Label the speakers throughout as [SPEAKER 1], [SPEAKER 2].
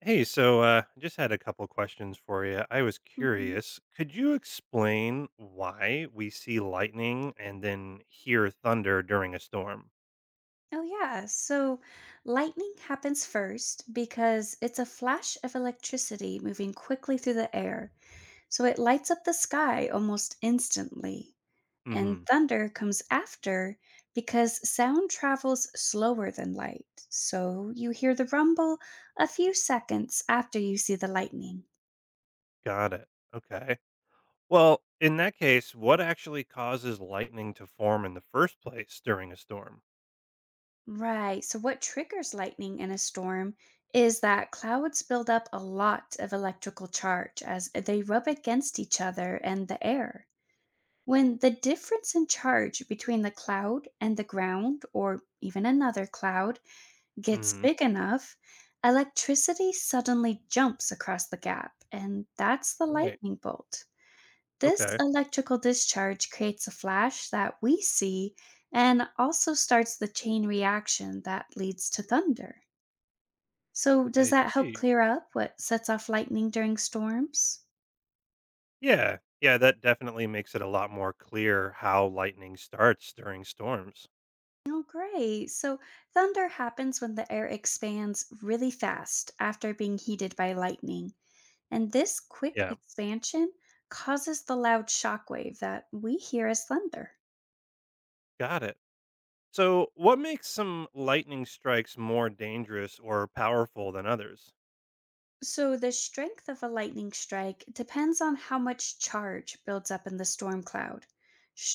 [SPEAKER 1] Hey, I just had a couple questions for you. I was
[SPEAKER 2] hmm
[SPEAKER 1] curious. Could you explain why we see lightning and then hear thunder during a storm?
[SPEAKER 2] Oh, yeah. So lightning happens first because it's a flash of electricity moving quickly through the air. So it lights up the sky almost instantly. And
[SPEAKER 1] Hmm.
[SPEAKER 2] thunder comes after because sound travels slower than light. So you hear the rumble a few seconds after you see the lightning.
[SPEAKER 1] Got it. Okay. Well, in that case, what actually causes lightning to form in the first place during a storm?
[SPEAKER 2] Right. So, what triggers lightning in a storm is that clouds build up a lot of electrical charge as they rub against each other and the air. When the difference in charge between the cloud and the ground, or even another cloud, gets
[SPEAKER 1] Hmm.
[SPEAKER 2] big enough, electricity suddenly jumps across the gap, and that's the
[SPEAKER 1] Right.
[SPEAKER 2] lightning bolt. This
[SPEAKER 1] Okay.
[SPEAKER 2] electrical discharge creates a flash that we see and also starts the chain reaction that leads to thunder. So, does
[SPEAKER 1] I
[SPEAKER 2] that help
[SPEAKER 1] see.
[SPEAKER 2] clear up what sets off lightning during storms?
[SPEAKER 1] Yeah. Yeah, that definitely makes it a lot more clear how lightning starts during storms.
[SPEAKER 2] Oh, great. So, thunder happens when the air expands really fast after being heated by lightning. And this quick
[SPEAKER 1] Yeah.
[SPEAKER 2] expansion causes the loud shock wave that we hear as thunder.
[SPEAKER 1] Got it. So, what makes some lightning strikes more dangerous or powerful than others?
[SPEAKER 2] So, the strength of a lightning strike depends on how much charge builds up in the storm cloud.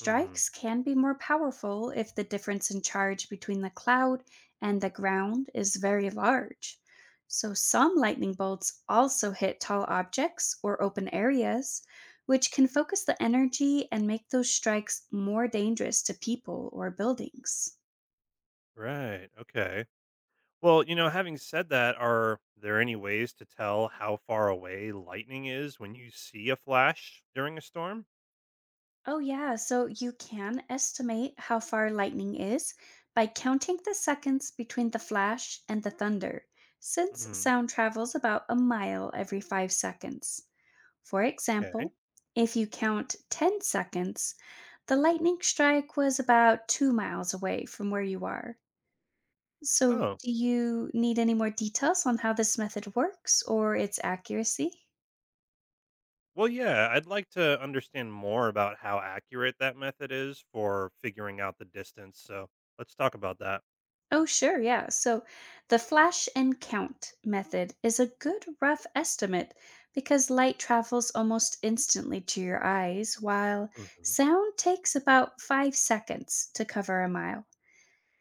[SPEAKER 1] Hmm.
[SPEAKER 2] can be more powerful if the difference in charge between the cloud and the ground is very large. So, some lightning bolts also hit tall objects or open areas, which can focus the energy and make those strikes more dangerous to people or buildings.
[SPEAKER 1] Right. Okay. Well, having said that, are there any ways to tell how far away lightning is when you see a flash during a storm?
[SPEAKER 2] Oh, yeah. So you can estimate how far lightning is by counting the seconds between the flash and the thunder, since
[SPEAKER 1] Hmm.
[SPEAKER 2] sound travels about a mile every 5 seconds. For example,
[SPEAKER 1] Okay.
[SPEAKER 2] if you count 10 seconds, the lightning strike was about 2 miles away from where you are. So,
[SPEAKER 1] Oh,
[SPEAKER 2] do you need any more details on how this method works or its accuracy?
[SPEAKER 1] well, yeah, I'd like to understand more about how accurate that method is for figuring out the distance. So, let's talk about that.
[SPEAKER 2] Oh, sure. Yeah. So the flash and count method is a good rough estimate because light travels almost instantly to your eyes, while
[SPEAKER 1] Hmm.
[SPEAKER 2] sound takes about 5 seconds to cover a mile,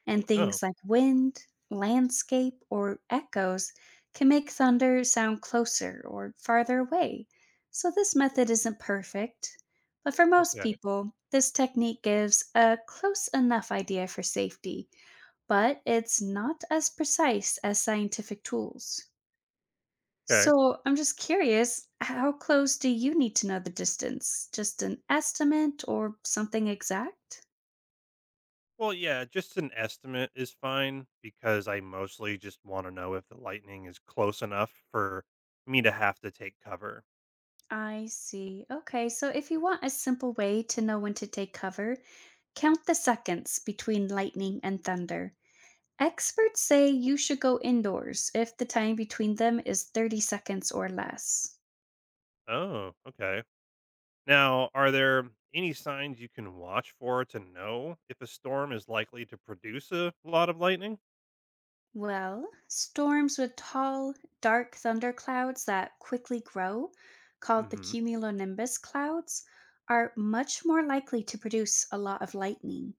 [SPEAKER 2] and
[SPEAKER 1] Oh,
[SPEAKER 2] things like wind, landscape, or echoes can make thunder sound closer or farther away. So, this method isn't perfect, but for most
[SPEAKER 1] okay.
[SPEAKER 2] people, this technique gives a close enough idea for safety, but it's not as precise as scientific tools.
[SPEAKER 1] Okay.
[SPEAKER 2] So, I'm just curious, how close do you need to know the distance? Just an estimate or something exact?
[SPEAKER 1] Well, yeah, just an estimate is fine because I mostly just want to know if the lightning is close enough for me to have to take cover.
[SPEAKER 2] I see. Okay, so if you want a simple way to know when to take cover, count the seconds between lightning and thunder. Experts say you should go indoors if the time between them is 30 seconds or less.
[SPEAKER 1] Oh, okay. Now, are there any signs you can watch for to know if a storm is likely to produce a lot of lightning?
[SPEAKER 2] Well, storms with tall, dark thunderclouds that quickly grow, called the
[SPEAKER 1] Hmm.
[SPEAKER 2] cumulonimbus clouds, are much more likely to produce a lot of lightning.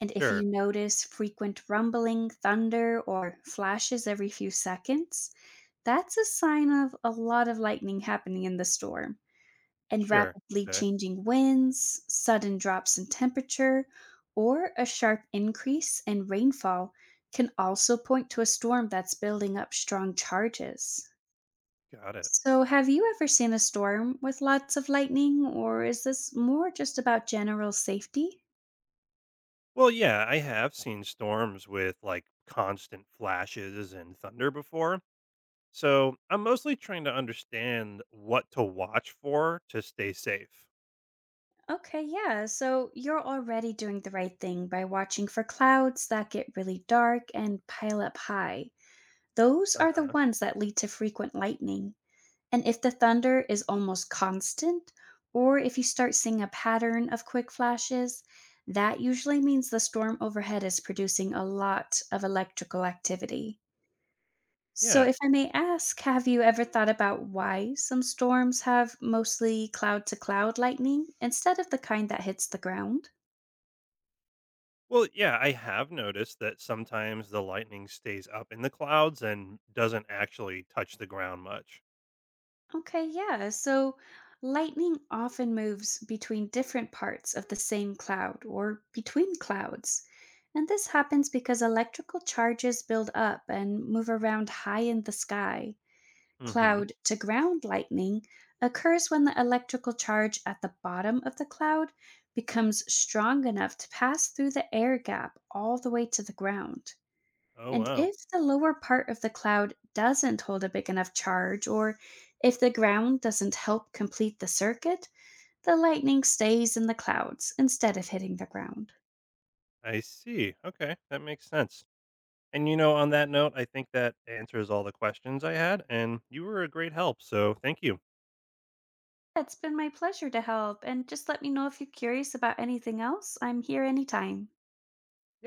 [SPEAKER 2] And if you
[SPEAKER 1] Sure.
[SPEAKER 2] notice frequent rumbling, thunder, or flashes every few seconds, that's a sign of a lot of lightning happening in the storm. And
[SPEAKER 1] Sure.
[SPEAKER 2] rapidly
[SPEAKER 1] Okay.
[SPEAKER 2] changing winds, sudden drops in temperature, or a sharp increase in rainfall can also point to a storm that's building up strong charges.
[SPEAKER 1] Got it.
[SPEAKER 2] So, have you ever seen a storm with lots of lightning, or is this more just about general safety?
[SPEAKER 1] Well, yeah, I have seen storms with like constant flashes and thunder before. So I'm mostly trying to understand what to watch for to stay safe.
[SPEAKER 2] Okay, yeah. So you're already doing the right thing by watching for clouds that get really dark and pile up high. Those
[SPEAKER 1] Uh
[SPEAKER 2] are the
[SPEAKER 1] huh.
[SPEAKER 2] ones that lead to frequent lightning. And if the thunder is almost constant, or if you start seeing a pattern of quick flashes, that usually means the storm overhead is producing a lot of electrical activity. So,
[SPEAKER 1] Yeah.
[SPEAKER 2] if I may ask, have you ever thought about why some storms have mostly cloud to cloud lightning instead of the kind that hits the ground?
[SPEAKER 1] Well, yeah, I have noticed that sometimes the lightning stays up in the clouds and doesn't actually touch the ground much.
[SPEAKER 2] Okay, yeah. So lightning often moves between different parts of the same cloud or between clouds. And this happens because electrical charges build up and move around high in the sky.
[SPEAKER 1] Mm hmm.
[SPEAKER 2] Cloud to ground lightning occurs when the electrical charge at the bottom of the cloud becomes strong enough to pass through the air gap all the way to the ground.
[SPEAKER 1] Oh,
[SPEAKER 2] And
[SPEAKER 1] wow.
[SPEAKER 2] if the lower part of the cloud doesn't hold a big enough charge, or if the ground doesn't help complete the circuit, the lightning stays in the clouds instead of hitting the ground.
[SPEAKER 1] I see. Okay. That makes sense. And on that note, I think that answers all the questions I had, and you were a great help. So thank you.
[SPEAKER 2] It's been my pleasure to help, and just let me know if you're curious about anything else. I'm here anytime.